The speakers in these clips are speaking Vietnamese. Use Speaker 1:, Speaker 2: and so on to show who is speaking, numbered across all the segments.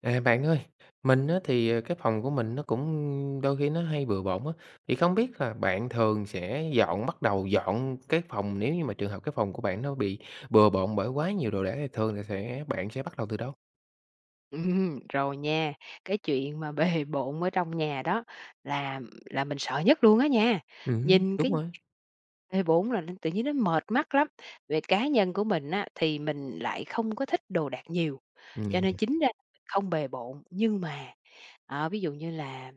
Speaker 1: Bạn ơi, mình á thì, cái phòng của mình nó cũng đôi khi nó hay bừa bộn á, thì không biết là bạn thường sẽ bắt đầu dọn cái phòng nếu như mà trường hợp cái phòng của bạn nó bị bừa bộn bởi quá nhiều đồ đạc thì thường là bạn sẽ bắt đầu từ đâu?
Speaker 2: Rồi nha, cái chuyện mà bề bộn ở trong nhà đó là là mình sợ nhất luôn á nha. Nhìn
Speaker 1: Đúng
Speaker 2: cái
Speaker 1: rồi.
Speaker 2: bề bộn là tự nhiên nó mệt mắt lắm. Về cá nhân của mình á, thì mình lại không có thích đồ đạc nhiều,
Speaker 1: Ừm.
Speaker 2: cho nên chính ra mình không bề bộn. Nhưng mà, ví dụ như là,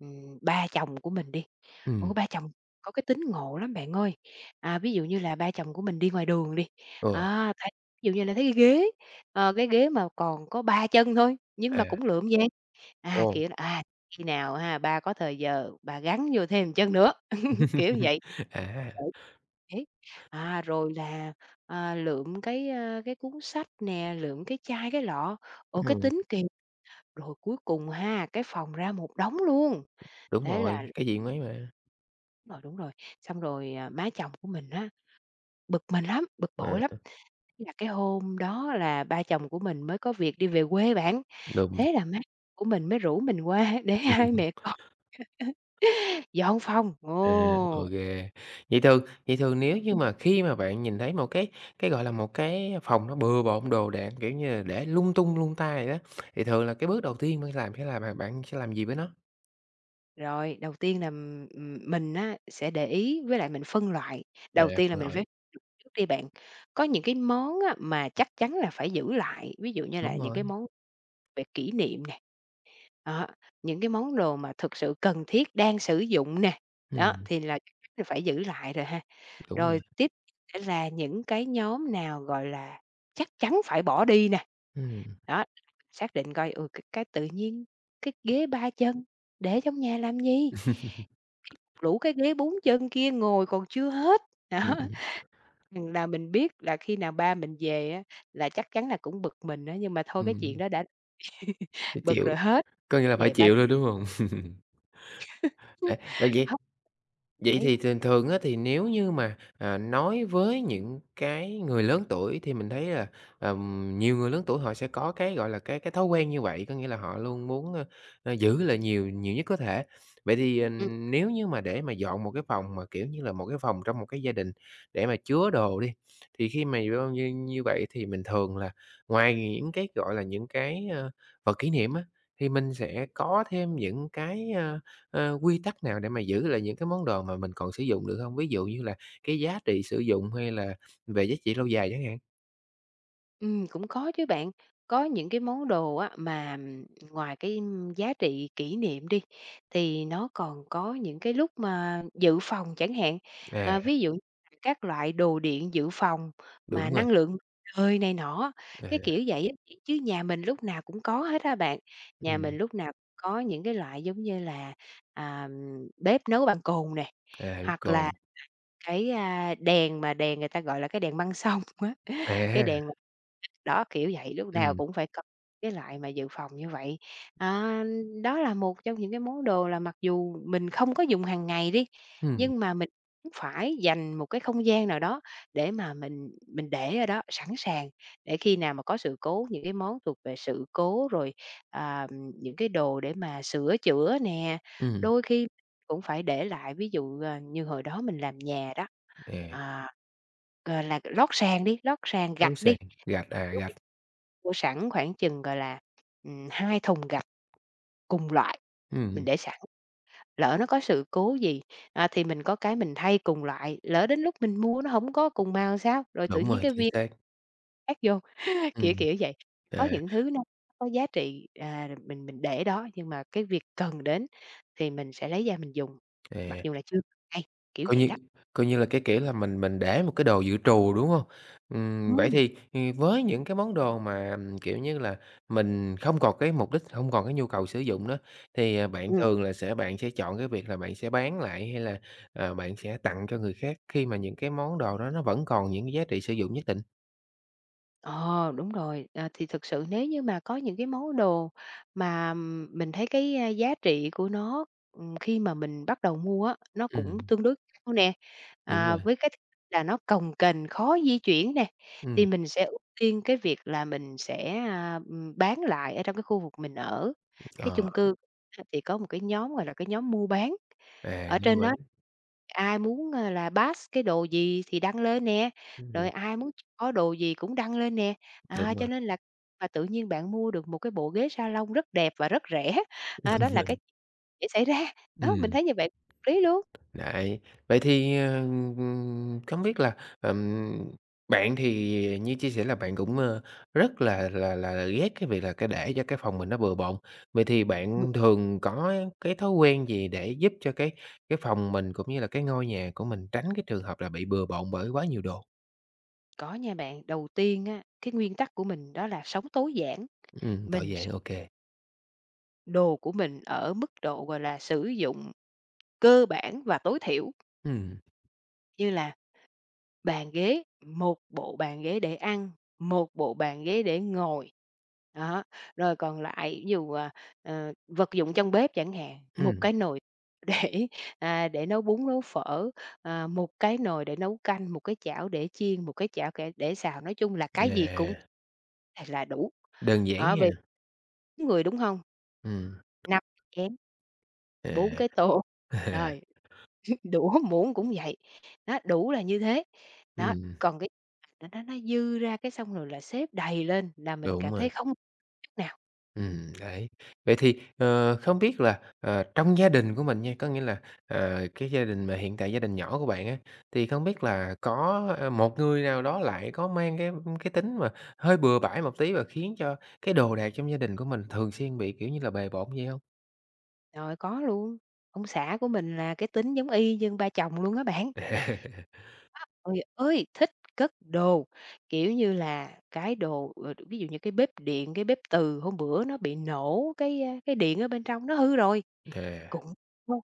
Speaker 2: ba chồng của mình đi.
Speaker 1: Ừm.
Speaker 2: Ủa, ba chồng có cái tính ngộ lắm bạn ơi. À, ví dụ như là ba chồng của mình đi ngoài đường đi,
Speaker 1: Ừ.
Speaker 2: thấy ví dụ như là thấy cái ghế, cái ghế mà còn có 3 chân thôi, nhưng
Speaker 1: Ờ.
Speaker 2: mà
Speaker 1: À.
Speaker 2: cũng lượm dang, à,
Speaker 1: Ồ.
Speaker 2: kiểu là, à, khi nào ha ba có thời giờ bà gắn vô thêm chân nữa, kiểu như vậy.
Speaker 1: À,
Speaker 2: Đấy. Thế à, rồi là, lượm cái, cái cuốn sách nè, lượm cái chai cái lọ, ồ, cái
Speaker 1: ừm,
Speaker 2: tính kìa. Rồi cuối cùng ha, cái phòng ra một đống luôn.
Speaker 1: đúng
Speaker 2: Thế là
Speaker 1: rồi, cái gì mấy mà,
Speaker 2: đúng rồi, đúng rồi. Xong rồi, má chồng của mình á, bực mình lắm, bực
Speaker 1: ờ,
Speaker 2: bội lắm. Thế là cái hôm đó là ba chồng của mình mới có việc đi về quê bạn,
Speaker 1: đúng.
Speaker 2: thế là má của mình mới rủ mình qua để hai mẹ con dọn phòng.
Speaker 1: À, ô.
Speaker 2: Ồ!
Speaker 1: Vậy thường vậy thường nếu như mà khi mà bạn nhìn thấy một cái, gọi là, một cái phòng nó bừa bộn đồ đạc, kiểu như là, để lung tung lung tay đó, thì thường là cái bước đầu tiên bạn làm sẽ là bạn bạn sẽ làm gì với nó?
Speaker 2: Rồi, đầu tiên là, mình á sẽ để ý với lại mình phân loại.
Speaker 1: À,
Speaker 2: Đầu tiên là
Speaker 1: phân
Speaker 2: mình
Speaker 1: loại.
Speaker 2: phải trước đi bạn, có những cái món á mà chắc chắn là phải giữ lại, ví dụ như
Speaker 1: Đúng
Speaker 2: là những cái
Speaker 1: rồi,
Speaker 2: món về kỷ niệm nè. Đó, những cái món đồ mà thực sự cần thiết đang sử dụng nè, đó,
Speaker 1: ừm,
Speaker 2: thì là phải giữ lại rồi ha.
Speaker 1: đúng rồi,
Speaker 2: Rồi tiếp sẽ là những cái nhóm nào, gọi là, chắc chắn phải bỏ đi nè,
Speaker 1: ừm.
Speaker 2: đó, xác định coi, ừ, cái tự nhiên cái ghế 3 chân để trong nhà làm gì? Rủ cái ghế 4 chân kia ngồi còn chưa hết.
Speaker 1: Ừm.
Speaker 2: Đó,
Speaker 1: Ừm.
Speaker 2: là mình biết là khi nào ba mình về á là chắc chắn là cũng bực mình á, nhưng mà thôi cái chuyện
Speaker 1: Ừm.
Speaker 2: đó đã
Speaker 1: Phải
Speaker 2: bực
Speaker 1: chịu,
Speaker 2: rồi hết,
Speaker 1: có nghĩa là phải
Speaker 2: vậy ba
Speaker 1: chịu thôi, đúng hông? À, vậy vậy
Speaker 2: Hấp
Speaker 1: Vậy
Speaker 2: đấy,
Speaker 1: thì thường thường á, thì nếu như mà, à, nói với những cái người lớn tuổi thì mình thấy là, nhiều người lớn tuổi họ sẽ có cái, gọi là, cái thói quen như vậy, có nghĩa là họ luôn muốn, ơ, ơ, giữ lại nhiều nhiều nhất có thể. Vậy thì,
Speaker 2: ừm,
Speaker 1: nếu như mà để mà dọn một cái phòng mà, kiểu như là, một cái phòng trong một cái gia đình để mà chứa đồ đi, thì khi mà vô như như vậy thì mình thường là ngoài những cái, gọi là, những cái, ơ, vật kỷ niệm á, thì mình sẽ có thêm những cái, quy tắc nào để mà giữ lại những cái món đồ mà mình còn sử dụng được không? Ví dụ như là cái giá trị sử dụng hay là về giá trị lâu dài chẳng hạn.
Speaker 2: cũng có chứ bạn. Có những cái món đồ á mà, ngoài cái giá trị kỷ niệm đi, thì nó còn có những cái lúc mà dự phòng chẳng hạn.
Speaker 1: À,
Speaker 2: À, ví dụ như là các loại đồ điện dự phòng mà
Speaker 1: đúng rồi,
Speaker 2: năng lượng hơi trời này nọ, cái
Speaker 1: à,
Speaker 2: kiểu vậy á, chứ nhà mình lúc nào cũng có hết á bạn. Nhà
Speaker 1: ừm,
Speaker 2: mình lúc nào cũng có những cái loại giống như là, à, bếp nấu bằng cồn nè,
Speaker 1: à,
Speaker 2: hoặc
Speaker 1: cồn,
Speaker 2: là cái, đèn mà đèn người ta gọi là cái đèn măng sông á, cái
Speaker 1: à,
Speaker 2: đèn đó, kiểu vậy, lúc nào
Speaker 1: ừm,
Speaker 2: cũng phải có cái loại mà dự phòng như vậy. À, đó là một trong những cái món đồ là mặc dù mình không có dùng hàng ngày đi,
Speaker 1: ừm,
Speaker 2: nhưng mà mình cũng phải dành một cái không gian nào đó để mà mình để ở đó sẵn sàng, để khi nào mà có sự cố, những cái món thuộc về sự cố rồi, à, những cái đồ để mà sửa chữa nè,
Speaker 1: ừm,
Speaker 2: đôi khi cũng phải để lại. Ví dụ, như hồi đó mình làm nhà đó,
Speaker 1: à,
Speaker 2: à, gọi là, lót sàn đi, lót sàn
Speaker 1: lối
Speaker 2: gạch
Speaker 1: sàn,
Speaker 2: đi.
Speaker 1: gạch, à,
Speaker 2: Lúc
Speaker 1: gạch,
Speaker 2: đó mua sẵn khoảng chừng, gọi là, 2 thùng gạch cùng loại, mình
Speaker 1: ừm,
Speaker 2: để sẵn, lỡ nó có sự cố gì, thì mình có cái mình thay cùng loại, lỡ đến lúc mình mua nó hổng có cùng màu sao? Rồi tự
Speaker 1: đúng
Speaker 2: nhiên
Speaker 1: rồi,
Speaker 2: cái
Speaker 1: chính
Speaker 2: viên
Speaker 1: xác,
Speaker 2: khác vô, kiểu,
Speaker 1: ừm,
Speaker 2: kiểu vậy. Có
Speaker 1: à,
Speaker 2: những thứ nó có giá trị, mình để đó, nhưng mà cái việc cần đến thì mình sẽ lấy ra mình dùng, mặc dù
Speaker 1: à.
Speaker 2: là chưa cần ngay, kiểu
Speaker 1: Coi
Speaker 2: vậy
Speaker 1: như
Speaker 2: đó.
Speaker 1: coi như là cái kiểu là mình để một cái đồ dự trù, đúng hông? Vậy
Speaker 2: Ừm.
Speaker 1: thì, với những cái món đồ mà, kiểu như là, mình không còn cái mục đích, hông còn cái nhu cầu sử dụng nữa, thì, bạn
Speaker 2: Ừm.
Speaker 1: thường là bạn sẽ chọn cái việc là bạn sẽ bán lại hay là, bạn sẽ tặng cho người khác khi mà những cái món đồ đó nó vẫn còn những cái giá trị sử dụng nhất định?
Speaker 2: Ờ, đúng rồi. À, thì thực sự nếu như mà có những cái món đồ mà, mình thấy cái, giá trị của nó, khi mà mình bắt đầu mua á, nó cũng
Speaker 1: Ừm,
Speaker 2: tương đối cao nè,
Speaker 1: đúng rồi,
Speaker 2: với cái là nó cồng kềnh, khó di chuyển nè,
Speaker 1: ừm,
Speaker 2: thì mình sẽ ưu tiên cái việc là mình sẽ, bán lại ở trong cái khu vực mình ở. Cái
Speaker 1: ờ,
Speaker 2: chung cư á, thì có một cái nhóm, gọi là, cái nhóm mua bán.
Speaker 1: à,
Speaker 2: Ở
Speaker 1: nếu
Speaker 2: trên
Speaker 1: bán
Speaker 2: đó ai muốn, là pass cái đồ gì thì đăng lên nè,
Speaker 1: ừm,
Speaker 2: rồi ai muốn có đồ gì cũng đăng lên nè. À,
Speaker 1: đúng
Speaker 2: cho
Speaker 1: rồi,
Speaker 2: nên là mà tự nhiên bạn mua được một cái bộ ghế salon rất đẹp và rất rẻ,
Speaker 1: đúng
Speaker 2: đó là
Speaker 1: rồi,
Speaker 2: cái chuyện xảy ra. Đó, mình
Speaker 1: ừm.
Speaker 2: thấy như vậy hợp lý luôn.
Speaker 1: Đấy, vậy thì, không biết là, bạn thì như chia sẻ là bạn cũng, rất là ghét cái việc là cái để cho cái phòng mình nó bừa bộn. Vậy thì
Speaker 2: Ừm,
Speaker 1: bạn thường có cái thói quen gì để giúp cho cái phòng mình cũng như là cái ngôi nhà của mình tránh cái trường hợp là bị bừa bộn bởi quá nhiều đồ?
Speaker 2: có nha bạn. Đầu tiên á, cái nguyên tắc của mình đó là sống tối giản,
Speaker 1: Tối
Speaker 2: mình s
Speaker 1: giản, ô kê.
Speaker 2: đồ của mình ở mức độ, gọi là, sử dụng cơ bản và tối thiểu,
Speaker 1: Ừm,
Speaker 2: như là bàn ghế, một bộ bàn ghế để ăn, một bộ bàn ghế để ngồi. Đó, rồi còn lại ví dụ, vật dụng trong bếp chẳng hạn, một cái nồi để, để nấu bún, nấu phở, một cái nồi để nấu canh, một cái chảo để chiên, một cái chảo kẻ để xào, nói chung là cái gì cũng
Speaker 1: à,
Speaker 2: là đủ.
Speaker 1: đơn giản
Speaker 2: Ở
Speaker 1: nha.
Speaker 2: về 4 người, đúng không,
Speaker 1: Ừm,
Speaker 2: năm chén, 4
Speaker 1: à,
Speaker 2: cái tô, rồi. Đũa muỗng cũng vậy, đó, đủ là như thế. Đó,
Speaker 1: ừm,
Speaker 2: còn cái nó dư ra cái xong rồi là xếp đầy lên là mình
Speaker 1: đúng
Speaker 2: cảm
Speaker 1: rồi.
Speaker 2: thấy không chút nào.
Speaker 1: Đấy. Vậy thì, không biết là, trong gia đình của mình nha, có nghĩa là, cái gia đình mà hiện tại gia đình nhỏ của bạn á, thì không biết là có, một người nào đó lại có mang cái tính mà hơi bừa bãi một tí và khiến cho cái đồ đạc trong gia đình của mình thường xuyên bị, kiểu như là, bề bộn vậy không?
Speaker 2: Rồi có luôn, ông xã của mình là cái tính giống y như ba chồng luôn á bạn. Ôi ơi, thích cất đồ, kiểu như là, cái đồ, ví dụ như cái bếp điện, cái bếp từ hôm bữa nó bị nổ cái, cái điện ở bên trong nó hư rồi,
Speaker 1: À,
Speaker 2: cũng mua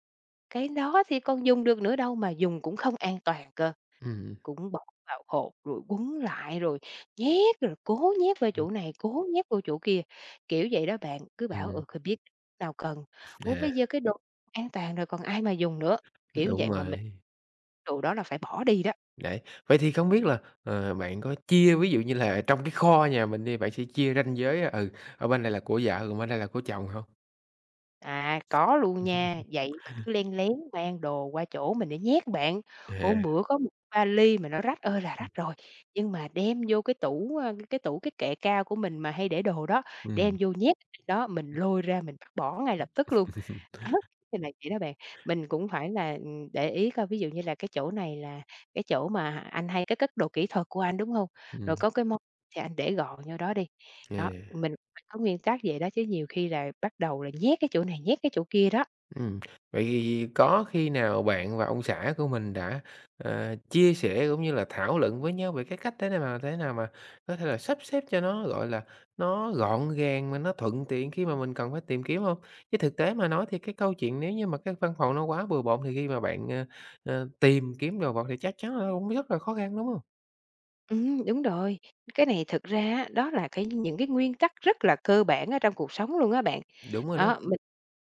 Speaker 2: cái đó thì con dùng được nữa đâu mà dùng cũng không an toàn cơ.
Speaker 1: ừm,
Speaker 2: Cũng bỏ vào hột rồi quấn lại rồi nhét, rồi cố nhét vô
Speaker 1: ừm,
Speaker 2: chỗ này, cố nhét vô chỗ kia, kiểu vậy đó bạn. Cứ bảo,
Speaker 1: ừm,
Speaker 2: ừ, không biết nào cần, ủa,
Speaker 1: à,
Speaker 2: bây giờ cái đồ an toàn rồi còn ai mà dùng nữa?" Kiểu
Speaker 1: đúng
Speaker 2: vậy mà mình
Speaker 1: rồi.
Speaker 2: đồ đó là phải bỏ đi đó.
Speaker 1: Đấy, vậy thì không biết là, bạn có chia ví dụ như là trong cái kho nhà mình đi, bạn sẽ chia ranh giới, ừ, ở bên đây là của vợ, còn bên đây là của chồng không?
Speaker 2: À, có luôn nha, vậy mà cứ len lén mang đồ qua chỗ mình để nhét bạn.
Speaker 1: À,
Speaker 2: Hôm bữa có một vali mà nó rách ơi là
Speaker 1: ừm,
Speaker 2: rách rồi, nhưng mà đem vô cái tủ cái kệ cao của mình mà hay để đồ đó, đem vô nhét đó, mình lôi ra mình bắt bỏ ngay lập tức luôn. Đó, thì là vậy đó bạn. Mình cũng phải là, để ý coi ví dụ như là cái chỗ này là cái chỗ mà anh hay cái cất đồ kỹ thuật của anh, đúng hông? Rồi
Speaker 1: ừm,
Speaker 2: có cái món thì anh để gọn vô đó đi. Đó,
Speaker 1: à,
Speaker 2: mình phải có nguyên tắc vậy đó chứ nhiều khi là bắt đầu là nhét cái chỗ này, nhét cái chỗ kia đó.
Speaker 1: ừm. Vậy thì có khi nào bạn và ông xã của mình đã, chia sẻ cũng như là thảo luận với nhau về cái cách thế nào mà có thể là sắp xếp cho nó, gọi là, nó gọn gàng mà nó thuận tiện khi mà mình cần phải tìm kiếm không? Chứ thực tế mà nói thì cái câu chuyện nếu như mà cái văn phòng nó quá bừa bộn thì khi mà bạn, tìm kiếm đồ vật thì chắc chắn là cũng rất là khó khăn, đúng không?
Speaker 2: Đúng rồi. Cái này thực ra á, đó là cái những cái nguyên tắc rất là cơ bản ở trong cuộc sống luôn á bạn.
Speaker 1: Đúng rồi đó,
Speaker 2: Đó, mình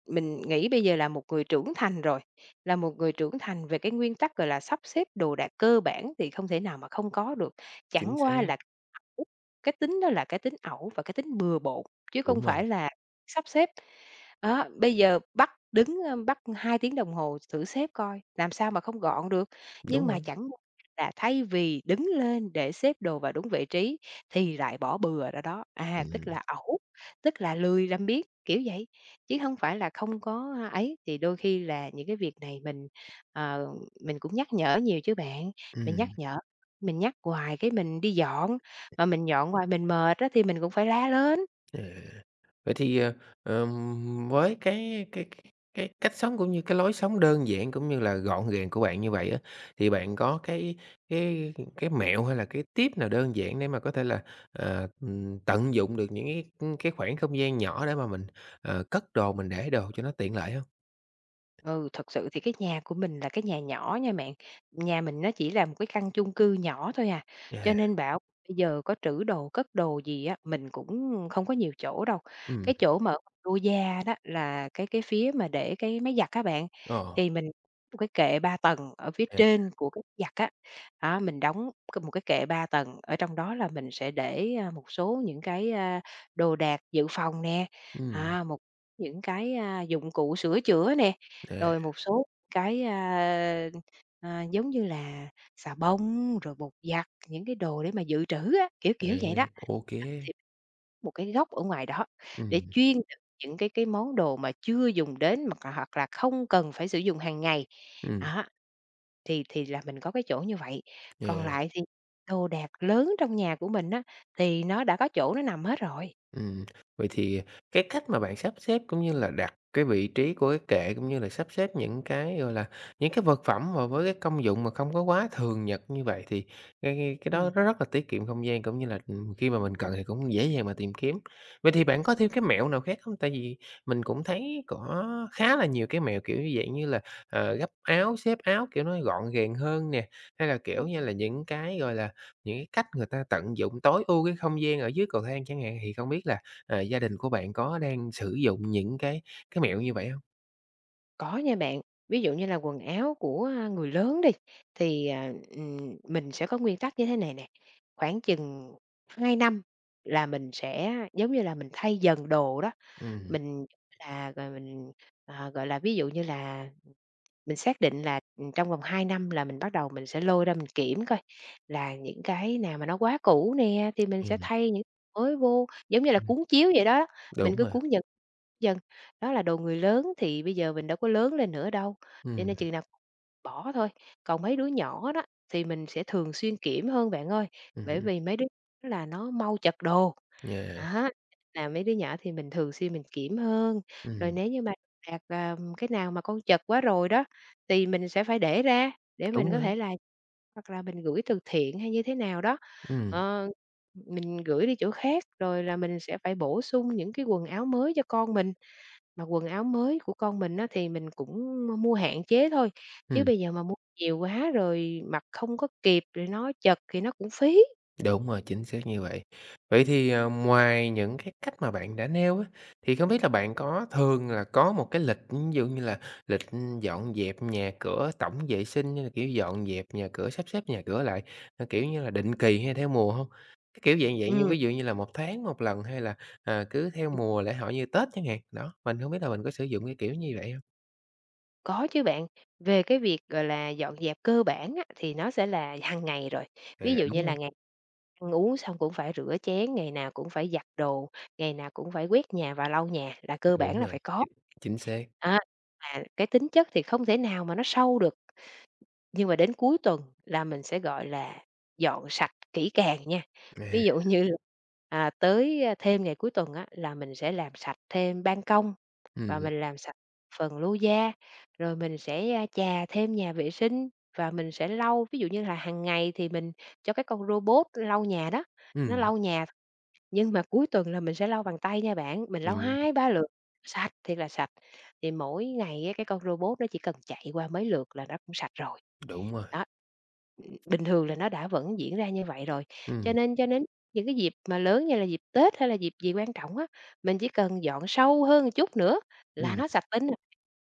Speaker 2: mình nghĩ bây giờ là một người trưởng thành rồi, là một người trưởng thành về cái nguyên tắc, gọi là, sắp xếp đồ đạc cơ bản thì không thể nào mà không có được.
Speaker 1: chính
Speaker 2: Chẳng
Speaker 1: xác,
Speaker 2: qua là ẩu, cái tính đó là cái tính ẩu và cái tính bừa bộn, chứ không
Speaker 1: đúng rồi,
Speaker 2: phải là sắp xếp. Đó, bây giờ bắt 2 tiếng đồng hồ thử xếp coi, làm sao mà không gọn được.
Speaker 1: đúng
Speaker 2: Nhưng mà
Speaker 1: rồi.
Speaker 2: chẳng là thay vì đứng lên để xếp đồ vào đúng vị trí thì lại bỏ bừa ra đó, tức
Speaker 1: Ừm,
Speaker 2: là ẩu, tức là lười làm biếng, kiểu vậy, chứ không phải là không có, ấy. Thì đôi khi là những cái việc này mình, ờ, mình cũng nhắc nhở nhiều chứ bạn, mình nhắc
Speaker 1: ừm,
Speaker 2: nhở, mình nhắc hoài cái mình đi dọn, mà mình dọn hoài mình mệt á thì mình cũng phải la lên.
Speaker 1: à. Vậy thì, với cái cách sống cũng như cái lối sống đơn giản cũng như là gọn gàng của bạn như vậy á, thì bạn có cái mẹo hay là cái tip nào đơn giản để mà có thể là, tận dụng được những cái khoảng không gian nhỏ để mà mình, cất đồ, mình để đồ cho nó tiện lợi không?
Speaker 2: Ừ, thật sự thì cái nhà của mình là cái nhà nhỏ nha bạn. Nhà mình nó chỉ là một cái căn chung cư nhỏ thôi à, cho
Speaker 1: À,
Speaker 2: nên bảo bây giờ có trữ đồ, cất đồ gì á, mình cũng không có nhiều chỗ đâu.
Speaker 1: ừm,
Speaker 2: Cái chỗ mà ở lô gia đó là cái phía mà để cái máy giặt các bạn,
Speaker 1: ờ,
Speaker 2: thì mình một cái kệ 3 tầng ở phía
Speaker 1: à,
Speaker 2: trên của cái giặt á, đó, mình một cái kệ 3 tầng, ở trong đó là mình sẽ để một số những cái đồ đạc dự phòng nè,
Speaker 1: ừ
Speaker 2: một những cái dụng cụ sửa chữa nè,
Speaker 1: à,
Speaker 2: rồi một số cái giống như là xà bông, rồi bột giặt, những cái đồ để mà dự trữ á, kiểu, kiểu vậy đó.
Speaker 1: à, ô kê,
Speaker 2: Thì một cái góc ở ngoài đó để
Speaker 1: ừm,
Speaker 2: chuyên đựng những cái món đồ mà chưa dùng đến mà còn hoặc là không cần phải sử dụng hàng ngày. Đó, thì là mình có cái chỗ như vậy. Còn
Speaker 1: à.
Speaker 2: lại thì đồ đạc lớn trong nhà của mình á, thì nó đã có chỗ nó nằm hết rồi.
Speaker 1: Ừm, vậy thì cái cách mà bạn sắp xếp cũng như là đặt cái vị trí của cái kệ, cũng như là sắp xếp những cái, gọi là, những cái vật phẩm mà với cái công dụng mà không có quá thường nhật như vậy thì cái đó
Speaker 2: Ừm.
Speaker 1: nó rất là tiết kiệm không gian, cũng như là, khi mà mình cần thì cũng dễ dàng mà tìm kiếm. Vậy thì bạn có thêm cái mẹo nào khác không? Tại vì mình cũng thấy có khá là nhiều cái mẹo, kiểu như vậy như là, gấp áo, xếp áo, kiểu, nó gọn gàng hơn nè, hay là, kiểu như là, những cái, gọi là, những cái cách người ta tận dụng tối ưu cái không gian ở dưới cầu thang chẳng hạn, thì không biết là, gia đình của bạn có đang sử dụng những cái mẹo như vậy không?
Speaker 2: Có nha bạn. Ví dụ như là quần áo của, a, người lớn đi, thì mình sẽ có nguyên tắc như thế này nè, khoảng chừng 2 năm là mình sẽ, giống như là, mình thay dần đồ đó,
Speaker 1: Ừm,
Speaker 2: mình mình gọi là, ví dụ như là mình xác định là, ừ, trong vòng 2 năm là mình bắt đầu mình sẽ lôi ra mình kiểm coi là những cái nào mà nó quá cũ nè, thì mình sẽ
Speaker 1: ừm,
Speaker 2: thay những mới vô, giống như là
Speaker 1: ừm,
Speaker 2: cuốn chiếu vậy đó, mình
Speaker 1: đúng
Speaker 2: cứ
Speaker 1: rồi,
Speaker 2: cuốn dần dần. Đó là đồ người lớn thì bây giờ mình đâu có lớn lên nữa đâu, cho
Speaker 1: ừm,
Speaker 2: nên chừng nào bỏ thôi. Còn mấy đứa nhỏ đó thì mình sẽ thường xuyên kiểm hơn bạn ơi, bởi
Speaker 1: ừm
Speaker 2: vì mấy đứa nhỏ là nó mau chật đồ.
Speaker 1: yeah,
Speaker 2: Đó, là mấy đứa nhỏ thì mình thường xuyên mình kiểm hơn, rồi
Speaker 1: ừm,
Speaker 2: nếu như mà cái nào mà con chật quá rồi đó thì mình sẽ phải để ra để
Speaker 1: đúng
Speaker 2: mình có
Speaker 1: rồi.
Speaker 2: thể là, hoặc là mình gửi từ thiện hay như thế nào đó,
Speaker 1: Ừm,
Speaker 2: ờ, mình gửi đi chỗ khác, rồi là mình sẽ phải bổ sung những cái quần áo mới cho con mình. Mà quần áo mới của con mình á thì mình cũng mua hạn chế thôi, chứ
Speaker 1: ừm.
Speaker 2: bây giờ mà mua nhiều quá rồi mặc không có kịp rồi nó chật thì nó cũng phí.
Speaker 1: Đúng rồi, chính xác như vậy. Vậy thì, ngoài những cái cách mà bạn đã nêu á, thì không biết là bạn có thường là có một cái lịch, ví dụ như là lịch ừ, dọn dẹp nhà cửa, tổng vệ sinh hay là, kiểu, dọn dẹp nhà cửa, sắp xếp nhà cửa lại, kiểu như là, định kỳ hay theo mùa không? Cái kiểu dạng vậy như
Speaker 2: Ừm.
Speaker 1: ví dụ như là một tháng một lần hay là, cứ theo mùa lễ hội như Tết chẳng hạn? Đó, mình không biết là mình có sử dụng cái kiểu như vậy không?
Speaker 2: Có chứ bạn, về cái việc, gọi là, dọn dẹp cơ bản á, thì nó sẽ là hàng ngày rồi.
Speaker 1: À,
Speaker 2: Ví dụ như là ngày ăn uống xong cũng phải rửa chén, ngày nào cũng phải giặt đồ, ngày nào cũng phải quét nhà và lau nhà là cơ bản
Speaker 1: đúng
Speaker 2: là
Speaker 1: rồi,
Speaker 2: phải có.
Speaker 1: chính chính xác.
Speaker 2: Á, mà cái tính chất thì không thể nào mà nó sâu được, nhưng mà đến cuối tuần là mình sẽ, gọi là, dọn sạch kỹ càng nha.
Speaker 1: À,
Speaker 2: Ví dụ như là, thêm ngày cuối tuần á, là mình sẽ làm sạch thêm ban công và
Speaker 1: ừm,
Speaker 2: mình làm sạch phần lưu da, rồi mình sẽ, chà thêm nhà vệ sinh và mình sẽ lau. Ví dụ như là hàng ngày thì mình cho cái con robot lau nhà đó, nó
Speaker 1: ừm,
Speaker 2: lau nhà, nhưng mà cuối tuần là mình sẽ lau bằng tay nha bạn, mình lau
Speaker 1: ừm,
Speaker 2: 2 3 lượt, sạch thiệt là sạch. Thì mỗi ngày á, cái con robot nó chỉ cần chạy qua mấy lượt là nó cũng sạch rồi.
Speaker 1: đúng rồi,
Speaker 2: Đó, bình thường là nó đã vẫn diễn ra như vậy rồi, cho
Speaker 1: ừm,
Speaker 2: nên cho nên những cái dịp mà lớn như là dịp Tết hay là dịp gì quan trọng á, mình chỉ cần dọn sâu hơn một chút nữa là
Speaker 1: ừm.
Speaker 2: nó sạch tính à.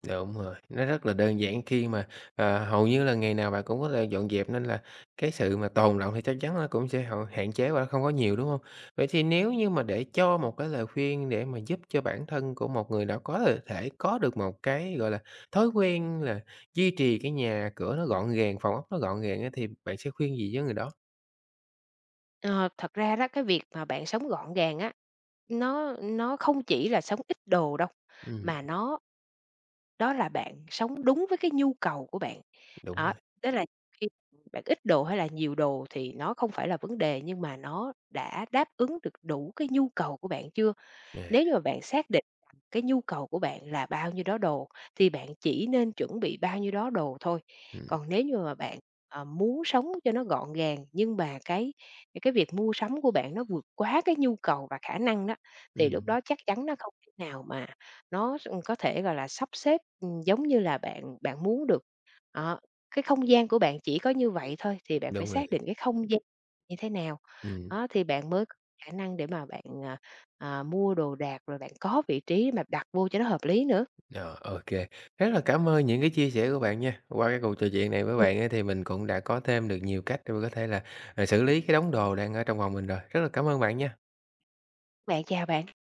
Speaker 1: Đúng rồi, nó rất là đơn giản khi mà, hầu như là ngày nào bạn cũng có thể dọn dẹp nên là cái sự mà tồn đọng thì chắc chắn nó cũng sẽ hậu hạn chế và không có nhiều, đúng không? Vậy thì nếu như mà để cho một cái lời khuyên để mà giúp cho bản thân của một người đã có thể có được một cái, gọi là, thói quen là duy trì cái nhà cửa nó gọn gàng, phòng ốc nó gọn gàng á, thì bạn sẽ khuyên gì với người đó?
Speaker 2: Ờ, thật ra đó cái việc mà bạn sống gọn gàng á, nó không chỉ là sống ít đồ đâu,
Speaker 1: Ừm,
Speaker 2: mà nó đó là bạn sống đúng với cái nhu cầu của bạn.
Speaker 1: đúng
Speaker 2: Đó,
Speaker 1: rồi,
Speaker 2: tức là khi bạn ít đồ hay là nhiều đồ thì nó không phải là vấn đề, nhưng mà nó đã đáp ứng được đủ cái nhu cầu của bạn chưa?
Speaker 1: à,
Speaker 2: Nếu như mà bạn xác định rằng cái nhu cầu của bạn là bao nhiêu đó đồ thì bạn chỉ nên chuẩn bị bao nhiêu đó đồ thôi.
Speaker 1: ừm,
Speaker 2: Còn nếu như mà bạn, ờ, muốn sống cho nó gọn gàng nhưng mà cái việc mua sắm của bạn nó vượt quá cái nhu cầu và khả năng đó, thì lúc
Speaker 1: ừm,
Speaker 2: đó chắc chắn nó không thể nào mà nó có thể, gọi là, sắp xếp, giống như là bạn bạn muốn được. Đó, cái không gian của bạn chỉ có như vậy thôi thì bạn phải
Speaker 1: đúng rồi,
Speaker 2: xác định cái không gian như thế nào,
Speaker 1: ừm.
Speaker 2: đó, thì bạn mới có khả năng để mà bạn, mua đồ đạc, rồi bạn có vị trí mà đặt vô cho nó hợp lý nữa.
Speaker 1: Ờ, ô. Rất là cảm ơn những cái chia sẻ của bạn nha. Qua cái cuộc trò chuyện này với
Speaker 2: Ừm,
Speaker 1: bạn á, thì mình cũng đã có thêm được nhiều cách để mà có thể là, xử lý cái đống đồ đang ở trong phòng mình rồi. Rất là cảm ơn bạn nha.
Speaker 2: bạn, chào bạn.